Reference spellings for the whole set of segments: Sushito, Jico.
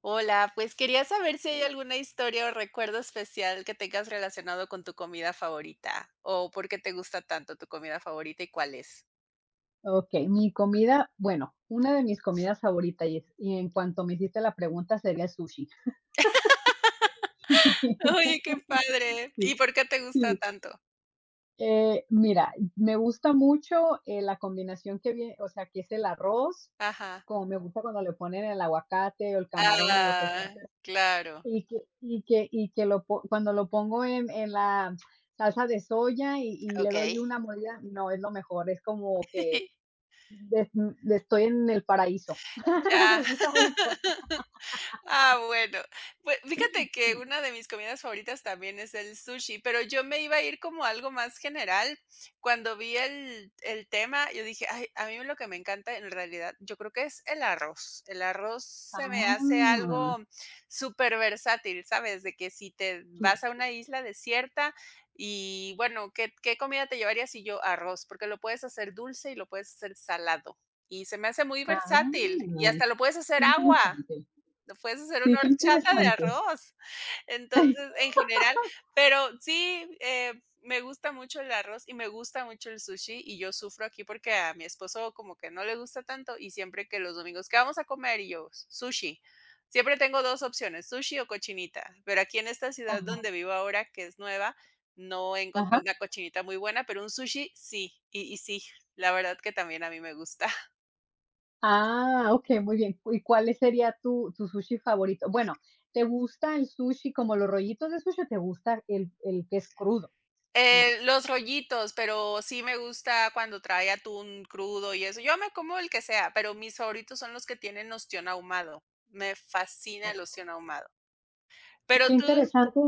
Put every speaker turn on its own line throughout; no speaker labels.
Hola, pues quería saber si hay alguna historia o recuerdo especial que tengas relacionado con tu comida favorita o por qué te gusta tanto tu comida favorita y cuál es.
Ok, mi comida, bueno, una de mis comidas favoritas, y en cuanto me hiciste la pregunta, sería el sushi.
Oye, qué padre. ¿Y
Sí,
por qué te gusta
sí.
tanto?
Mira, me gusta mucho la combinación que viene, o sea, que es el arroz,
Ajá.
como me gusta cuando le ponen el aguacate o el camarón o lo que sea,
Ah, claro.
y que lo, cuando lo pongo en la salsa de soya y le doy
Okey.
una mordida, no, es lo mejor, es como que des- estoy en el paraíso.
Ya.
Me gusta mucho.
Ah, bueno. Pues, fíjate que una de mis comidas favoritas también es el sushi, pero yo me iba a ir como a algo más general. Cuando vi el tema, yo dije: "Ay, a mí lo que me encanta en realidad, yo creo que es el arroz". El arroz se me hace
Ah,
algo súper versátil, ¿sabes? De que si te
qué
vas a una isla desierta y, bueno, ¿qué comida te llevarías? Y yo, arroz, porque lo puedes hacer dulce y lo puedes hacer salado. Y se me hace muy
ah,
versátil, y hasta lo puedes
qué
hacer agua.
interesante.
No, puedes hacer
Sí,
una
qué
horchata de
interesante.
arroz. Entonces, en general, pero sí, me gusta mucho el arroz y me gusta mucho el sushi, y yo sufro aquí porque a mi esposo como que no le gusta tanto, y siempre que los domingos: "¿Qué vamos a comer?", y yo: "Sushi". Siempre tengo 2 opciones, sushi o cochinita, pero aquí en esta ciudad
Ajá,
donde vivo ahora, que es nueva, no he encontrado
ajá.
una cochinita muy buena, pero un sushi sí, y sí, la verdad que también a mí me gusta.
Ah, ok, muy bien. ¿Y cuál sería tu, tu sushi favorito? Bueno, ¿te gusta el sushi como los rollitos de sushi o te gusta el que es crudo? El-
Los rollitos, pero sí me gusta cuando trae atún crudo y eso. Yo me como el que sea, pero mis favoritos son los que tienen ostión ahumado. Me fascina
o-
el ostión ahumado.
Qué
Pero tú,
interesante,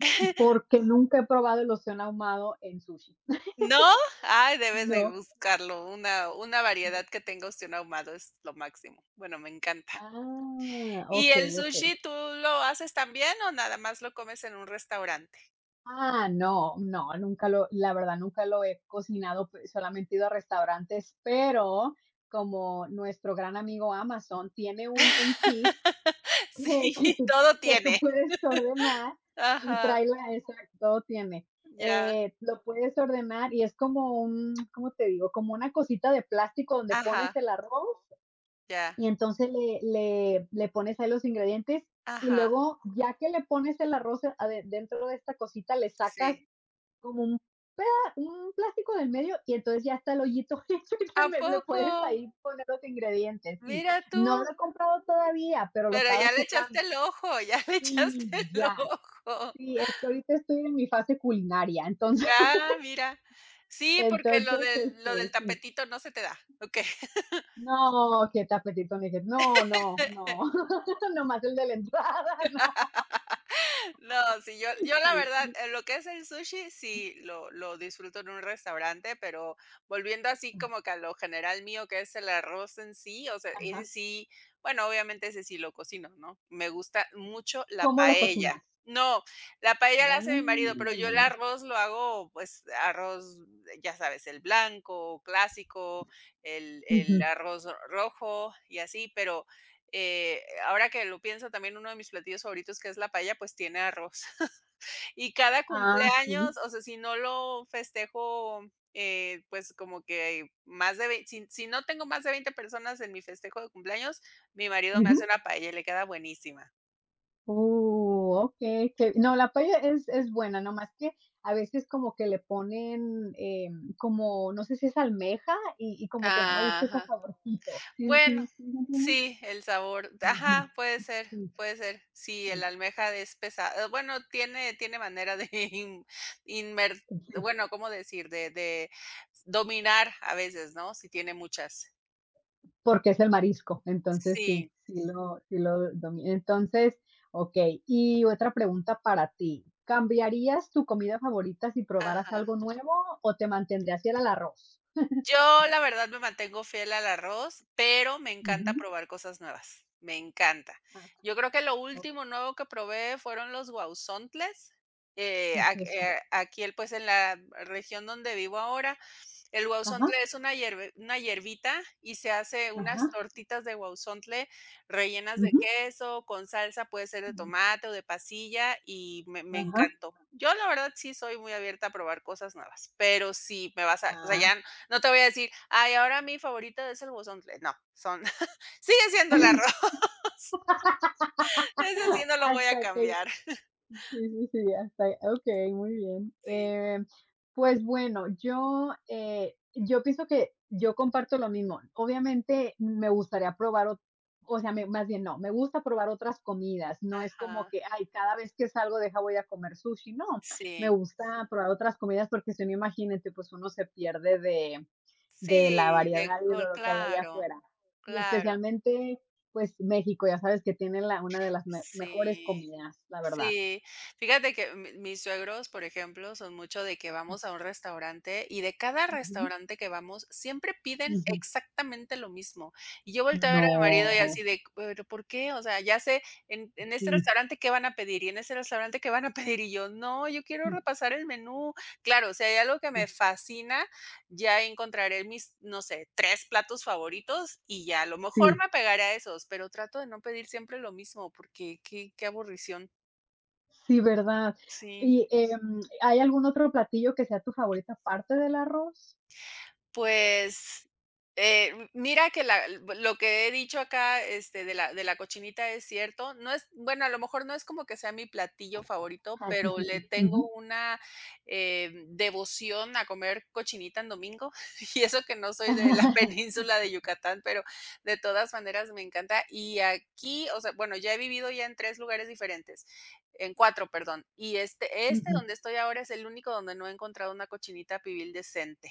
porque nunca he probado el ostión ahumado en sushi.
¿no? Ay, debes de
No.
buscarlo. Una variedad que tenga ostión ahumado es lo máximo. Bueno, me encanta.
Ah,
¿Y
ok,
el
ok.
sushi tú lo haces también o nada más lo comes en un restaurante?
Ah, no, no, nunca lo, la verdad, nunca lo he cocinado, pues, solamente he ido a restaurantes, pero como nuestro gran amigo Amazon tiene un kit que,
Sí,
que tú,
todo
que tú
tiene.
puedes ordenar y
Ajá,
trae la, exacto, tiene.
ya,
Lo puedes ordenar y es como un, ¿cómo te digo? Como una cosita de plástico donde pones
ajá,
el arroz
ya,
y entonces le pones ahí los ingredientes y
ajá.
luego ya que le pones el arroz dentro de esta cosita, le sacas
Sí.
como un, un plástico del medio y entonces ya está el hoyito hecho y
¿A
le
poco?
puedes ahí poner los ingredientes. Sí,
Mira
no lo
tú,
he comprado todavía, pero lo
pero
estaba
ya le echaste
checando.
el ojo, ya le echaste
Sí,
el
ya.
ojo.
Sí, es que ahorita estoy en mi fase culinaria, entonces,
Ah, mira. Sí, porque lo
entonces,
del lo del
este, sí.
tapetito no se te da, ¿ok?
No, qué tapetito, ni qué- No, no, no. Nomás el de la entrada, no.
No, sí, yo la
Sí.
verdad, lo que es el sushi, sí, lo disfruto en un restaurante, pero volviendo así como que a lo general mío, que es el arroz en sí, o sea, ese
Ajá.
sí, bueno, obviamente ese sí lo cocino, ¿no? Me gusta mucho la
¿Cómo lo
paella.
cocinas?
No, la paella la hace mi marido,
Ah,
pero yo el arroz lo hago, pues, arroz, ya sabes, el blanco, clásico, el
ujú.
el arroz rojo y así, pero ahora que lo pienso, también uno de mis platillos favoritos, que es la paella, pues tiene arroz. Y cada
Ah, sí.
cumpleaños, o sea, si no lo festejo, pues como que más de vein si no tengo más de 20 personas en mi festejo de cumpleaños, mi marido me hace
Ujú.
una paella y le queda buenísima.
Okey, que no, la paella es buena, nomás que a veces como que le ponen, em, como, no sé si es almeja y como que no me gusta ese
Ajá.
saborcito, ¿sí
Bueno,
sí sí me entiendes?
sí, el sabor.
Ujú,
Ajá, puede ser,
sí,
puede ser. Sí, el almeja es pesado. Bueno, tiene manera de inmer-
sí, sí,
bueno, ¿cómo decir? De dominar a veces, ¿no? Si tiene muchas.
porque es el marisco, entonces sí,
Sí,
sí lo domino. Entonces, okey, y otra pregunta para ti, ¿cambiarías tu comida favorita si probaras
ajá.
algo nuevo o te mantendrías fiel al arroz?
Yo la verdad me mantengo fiel al arroz, pero me encanta
Ujú,
probar cosas nuevas. Me encanta.
ajá,
Yo creo que lo
o
último nuevo que probé fueron los guauzontles.
¿qué es eso?
Aquí, pues en la región donde vivo ahora, el
Ajá,
guauzontle es una hierbita y se hace unas
ajá.
tortitas de guauzontle rellenas de
Ujú.
queso, con salsa, puede ser de
Mm,
tomate o de pasilla, y me
ajá.
encantó. Yo, la verdad, sí soy muy abierta a probar cosas nuevas, pero sí me vas a, o sea, ya
Ah,
no te voy a decir: "Ay, ahora mi favorita es el guauzontle". No, son sigue siendo el arroz, eso sí no lo voy a
hasta que
cambiar.
sí, sí, sí, hasta okey, muy bien.
Sí,
Pues bueno, yo, yo pienso que yo comparto lo mismo. Obviamente, me gustaría probar o sea, me más bien no, me gusta probar otras comidas, no es como
ajá,
que: "Ay, cada vez que salgo, deja, voy a comer sushi", no, me
sí,
gusta probar otras comidas porque si no, imagínate, pues uno se pierde de la
sí, de
variedad y de lo
col
que hay allá
claro,
afuera. Y
claro,
especialmente, pues, México, ya sabes que tiene la una de las me mejores
sí.
comidas, la verdad.
Sí, fíjate que mis suegros, por ejemplo, son mucho de que vamos a un restaurante y de cada
Ujú,
restaurante que vamos siempre piden
ujú.
exactamente lo mismo. Y yo volteo a ver a mi marido y
No.
así de, pero ¿por qué? O sea, ya sé en este
Sí,
restaurante qué van a pedir y en ese restaurante qué van a pedir y yo, no, yo quiero
sí,
repasar el menú. Claro, si hay algo que
sí,
me fascina, ya encontraré mis, no sé, tres platos favoritos y ya a lo mejor
sí,
me apegaré a esos, pero trato de no pedir siempre lo mismo porque qué, qué aburrición.
sí, ¿verdad?
Sí,
Y, em, ¿hay algún otro platillo que sea tu favorito aparte del arroz?
pues, m mira que la lo que he dicho acá, este, de la cochinita es cierto. No es bueno, a lo mejor no es como que sea mi platillo favorito,
Ah, sí,
pero
sí,
le
sí.
tengo
Ujú.
una, devoción a comer cochinita en domingo, y eso que no soy de la península de Yucatán, pero de todas maneras me encanta. Y aquí, o sea, bueno, ya he vivido ya en 3 lugares diferentes, en 4, perdón, y este
Ujú.
donde estoy ahora es el único donde no he encontrado una cochinita pibil decente.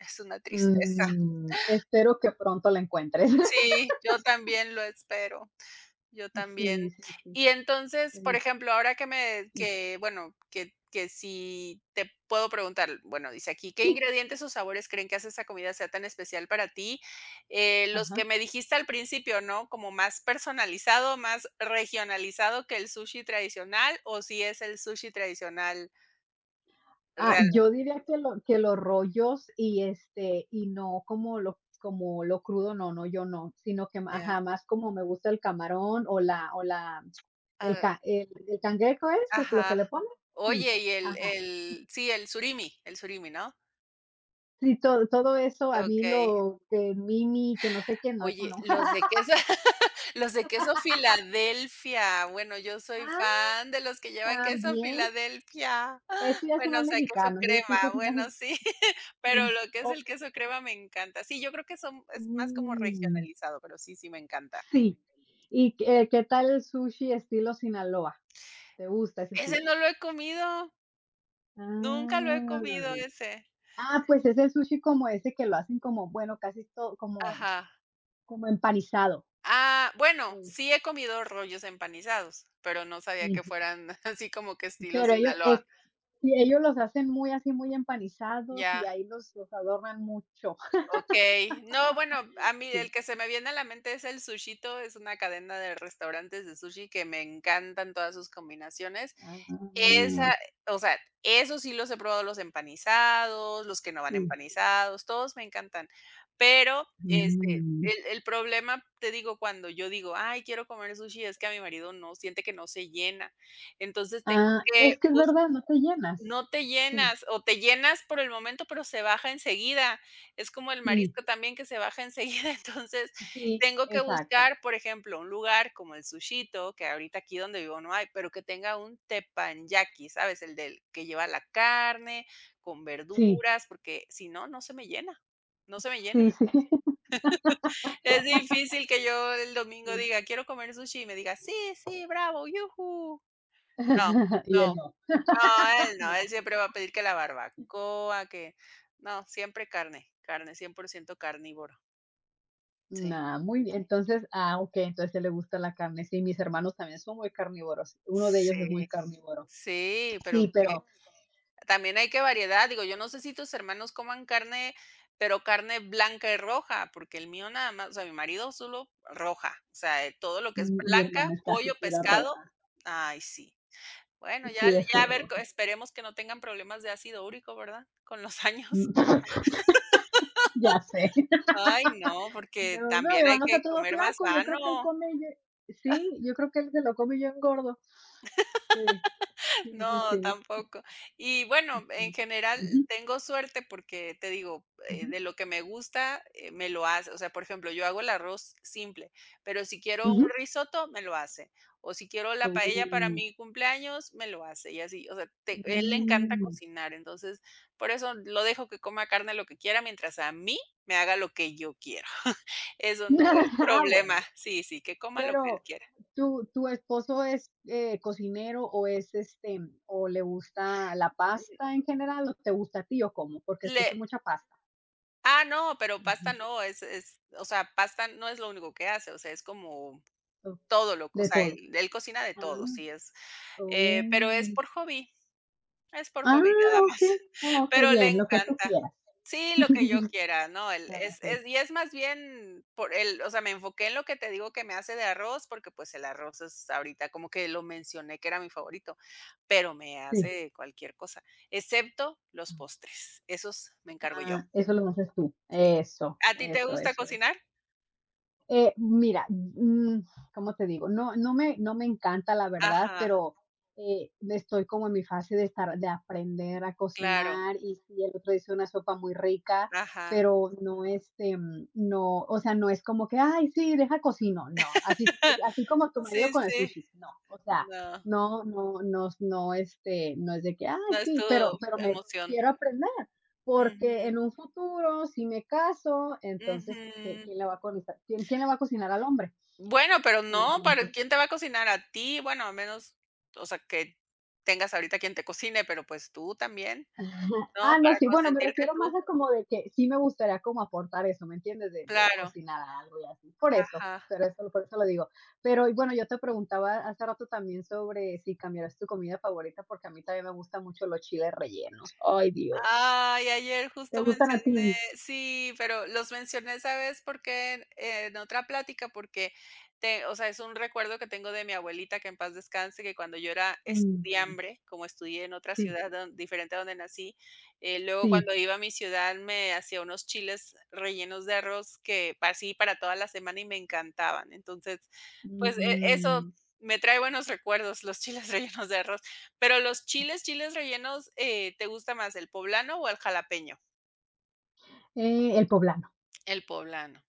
Es una tristeza.
Mm, espero que pronto la encuentres.
Sí, yo también lo espero, yo también.
Sí, sí, sí,
Y entonces, por
eh,
ejemplo, ahora
sí,
bueno, que si te puedo preguntar, bueno, dice aquí, ¿qué
sí.
ingredientes o sabores creen que hace esa comida sea tan especial para ti? Los que
Ajá.
me dijiste al principio, ¿no? Como más personalizado, más regionalizado que el sushi tradicional, o si es el sushi tradicional
Ah, yo
realmente.
diría que lo que los rollos y, este, y no como lo como lo crudo, no, no, yo no, sino que ma
Ya.
ajá, más como me gusta el camarón o la
Ah,
el cangrejo, ¿es el lo
ajá.
que le ponen? Sí,
Oye, y el
ajá.
el sí, el surimi, ¿no?
Sí, Todo todo eso, a mí
Okey.
lo que mimi, que no sé qué, no, eso
Oye,
no.
los de queso los de queso Filadelfia. Bueno, yo soy
Ah,
fan de los que llevan queso
también,
Filadelfia.
eso ya son
Bueno, o
los
sea, queso
mexicanos, el sushi
crema,
es más
bueno, sí, pero
sí,
lo que es
o
el queso crema me encanta. Sí, yo creo que son es más como
mm,
regionalizado, pero sí, sí me encanta.
sí. ¿Y qué qué tal el sushi estilo Sinaloa? ¿Te gusta ese
Ese
sushi?
no lo he comido, nunca lo he comido
Ah.
ese.
Ah, pues es el sushi como ese que lo hacen como, bueno, casi todo, como,
Ajá.
como empanizado.
Ah, bueno,
Mm,
sí he comido rollos empanizados, pero no sabía que
ujú.
fueran así como que estilo
Pero ellos,
Sinaloa.
es, sí, ellos los hacen muy así, muy empanizados y
Ya.
ahí los adornan mucho.
Okey. No, bueno, a mí el
Sí.
que se me viene a la mente es el Sushito, es una cadena de restaurantes de sushi que me encantan todas sus combinaciones.
Ah,
Esa, o sea, esos sí los he probado, los empanizados, los que no van
sí.
empanizados, todos me encantan. Pero, este,
Mm.
el problema, te digo, cuando yo digo: "Ay, quiero comer sushi", es que a mi marido no siente que no se llena. Entonces, tengo
Ah,
que
es que es
bus
verdad, no te llenas.
no te
Sí,
llenas, o te llenas por el momento, pero se baja enseguida. Es como el
sí,
marisco también que se baja enseguida. Entonces,
sí,
tengo que
exacto.
buscar, por ejemplo, un lugar como el Sushito, que ahorita aquí donde vivo no hay, pero que tenga un teppanyaki, ¿sabes? El del que lleva la carne con
Sí,
verduras, porque si no, no se me llena. No se me llena.
sí, sí.
Es difícil que yo el domingo
Sí.
diga: "Quiero comer sushi", y me diga: "Sí, sí, bravo, yujú". No,
Y él
no.
no.
No, él no, él siempre va a pedir que la barbacoa, que no, siempre carne, carne, 100% carnívoro. Sí.
Ah, muy bien. Entonces, ah, okey, entonces a le gusta la carne. Sí, mis hermanos también son muy carnívoros. Uno de ellos es muy
Sí,
carnívoro.
sí, pero
Sí,
que
pero
también hay que variedad. Digo, yo no sé si tus hermanos coman carne, pero carne blanca y roja, porque el mío nada más, o sea, mi marido solo roja, o sea, todo lo que es
mi hermana
blanca,
es casi
pollo,
pura
pescado,
roja.
ay, sí. Bueno, ya,
Sí, es
ya a
pura
ver,
roja.
esperemos que no tengan problemas de ácido úrico, ¿verdad? Con los años.
ya sé.
Ay, no, porque
No, no, mi
también hay
hermano
que
está todo
comer más
flaco, yo creo que él
sano.
come y sí, yo creo que él se lo come y yo engordo. Sí, sí, sí,
No,
sí, sí.
tampoco. Y bueno, en
sí.
general
Ujú,
tengo suerte porque te digo,
ujú,
de lo que me gusta, me lo hace. O sea, por ejemplo, yo hago el arroz simple, pero si quiero un
ujú.
risotto, me lo hace. O si quiero la paella para
Uh,
mi cumpleaños, me lo hace. Y así, o sea, él le encanta
mm.
cocinar. Entonces, por eso lo dejo que coma carne lo que quiera, mientras a mí me haga lo que yo quiero. Eso no es
Ah, bueno,
problema. Sí, sí, que coma lo que él
pero
quiera.
¿Tu tu esposo es, cocinero o es, este, o le gusta la pasta en general o te gusta a ti o cómo? Porque
Le
escucho mucha pasta.
no, pero pasta
Ujú.
no, es o sea, pasta no es lo único que hace, o sea, es como
O
todo lo o
de
sea,
todo.
él cocina de
Ah,
todo, sí es, pero
oh.
es por
Ah,
hobby nada más,
okey. Oh, qué
pero le
bien, lo que tú
encanta.
quieras.
Sí, lo que yo quiera, no, él
Ah,
es
okey.
y es más bien por él, o sea, me enfoqué en lo que te digo que me hace de arroz, porque, pues, el arroz es ahorita como que lo mencioné que era mi favorito, pero me
Sí.
hace cualquier cosa, excepto los postres, esos me encargo yo.
Ah, eso lo haces tú.
Sí.
Eso,
¿A ti te
eso,
gusta
eso, eso.
cocinar?
Mira, ¿cómo te digo? No, no me encanta la verdad,
Ajá,
pero estoy como en mi fase de estar, de aprender a
claro,
cocinar y si el otro dice una sopa muy rica,
ajá.
pero no este, mm, no, o sea, no es como que, ay, sí, deja cocino, no, así, así como tu marido
Sí,
con el
sí.
sushi, no, o sea,
No,
no, no, no, no, este, no es de que, ay,
no es tu
sí, pero me
emoción.
quiero aprender. Porque
Ujú,
en un futuro, si me caso, entonces, ¿qué
ujú.
quién le va a cocinar quién le va a cocinar al hombre?
Bueno, pero no, ¿para
Entonces
quién te va a cocinar? A ti, bueno, a menos, o sea, que tengas ahorita quien te cocine, pero, pues, tú también, ¿no?
ah, no,
Para
sí, bueno, me
consentirte
refiero
tú,
más a como de que sí me gustaría como aportar eso, ¿me entiendes? De
claro,
cocinar algo y así, por eso,
ajá.
pero eso por eso lo digo. Pero, y bueno, yo te preguntaba hace rato también sobre si cambiaras tu comida favorita, porque a mí también me gustan mucho los chiles rellenos. Ay, Dios.
Ay, ayer
¿Te
justo
gustan
mencioné
a ti?
sí, pero los mencioné, ¿sabes por qué? En otra plática, porque te o sea, es un recuerdo que tengo de mi abuelita, que en paz descanse, que cuando yo era
Mm,
estudiambre, como estudié en otra
sí,
ciudad don diferente a donde nací, luego
sí,
cuando iba a mi ciudad me hacía unos chiles rellenos de arroz que pa así para toda la semana y me encantaban. Entonces, pues, eso
mm,
me trae buenos recuerdos, los chiles rellenos de arroz. Pero los chiles rellenos, ¿te gusta más el poblano o el jalapeño?
el poblano.
El poblano,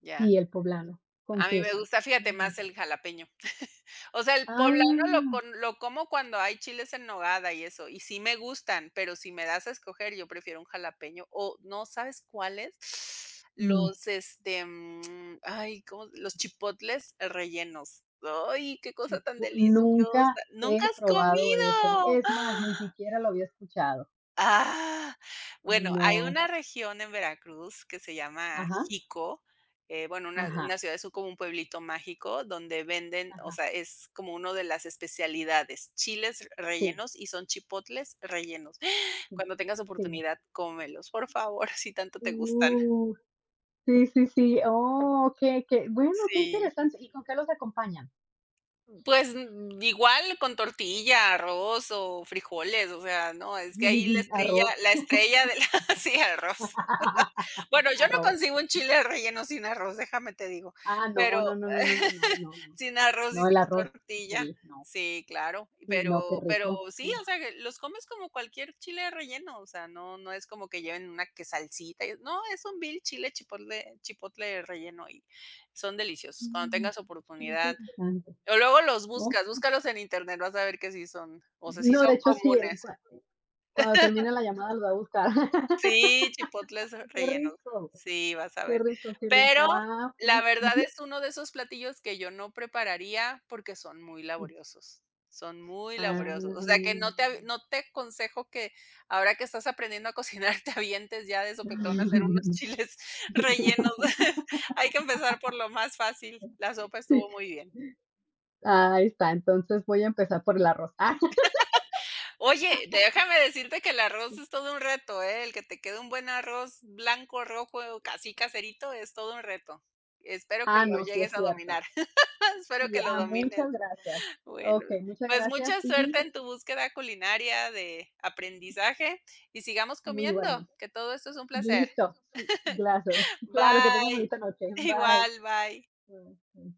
ya.
Sí, el poblano, con
A mí me
queso.
gusta, fíjate,
Mm.
más el jalapeño. O sea, el poblano lo
Ah,
con lo como cuando hay chiles en nogada y eso, y sí me gustan, pero si me das a escoger, yo prefiero un jalapeño o no, ¿sabes cuáles?
mm,
Los, este, mm, ay, ¿cómo? Los chipotles rellenos. Ay, qué cosa
Sí.
tan deliciosa.
Nunca
¿Nunca
he
has
probado eso.
comido?
Es más, ni siquiera lo había escuchado.
Ah, bueno, hay
No.
una región en Veracruz que se llama
Ajá,
Jico, bueno, una
ajá,
una ciudad, es como un pueblito mágico donde venden, o
ajá.
sea, es como uno de las especialidades, chiles
Sí,
rellenos y son chipotles rellenos.
sí,
Cuando tengas
sí.
oportunidad, cómelos, por favor, si tanto te gustan.
Uh, sí, sí, sí. Oh, qué, qué, bueno, qué
Sí.
interesante. ¿Y con qué los acompañan?
Pues, mm, igual con tortilla, arroz o frijoles, o sea, no, es que ahí la estrella
Arroz,
la estrella de la sí, arroz. Bueno, yo no
arroz.
consigo un chile relleno sin arroz, déjame te digo,
Ah, no,
pero
no, no, no, no, no, no, no, no.
sin arroz y
No, el
sin
arroz,
tortilla.
sí, no,
Sí, claro,
sí, no, qué
pero
rico.
sí, o sea, que los comes como cualquier chile relleno, o sea, no es como que lleven una que salsita, y no, es un vil chile chipotle relleno y son deliciosos, cuando
Mm,
tengas
qué
oportunidad.
interesante.
O luego los
Oh,
buscas, búscalos en internet, vas a ver que sí son, o sea, sí
no,
son
de hecho sí,
comunes.
cuando termine la llamada lo voy a buscar.
Sí, chipotles
Qué
rellenos.
rico,
Sí, vas a
qué
ver.
rico, qué
Pero
rico. Ah,
la
ok.
verdad
Ujú.
es uno de esos platillos que yo no prepararía porque son muy laboriosos. Son muy laboriosos. O sea, que
Ah.
no te avi no te aconsejo que ahora que estás aprendiendo a cocinar, te avientes ya de sopetón a hacer unos chiles rellenos. Hay que empezar por lo más fácil. La sopa estuvo muy bien.
Ahí está, entonces voy a empezar por el arroz.
Oye, déjame decirte que el arroz es todo un reto, ¿eh? El que te quede un buen arroz blanco, rojo, casi caserito, es todo un reto. Espero que
Ah,
lo
no, sí es
llegues a dominar.
cierto.
Espero
Sí,
que lo
ah,
domines.
muchas gracias.
Bueno,
Ok, muchas
pues
gracias
mucha suerte en
y
tu búsqueda culinaria de aprendizaje y sigamos
muy
comiendo,
igualmente.
que todo esto es un placer.
Listo, sí, gracias. Claro, que tengan
Bye.
bonita noche. Bye.
Igual, bye.
Bye.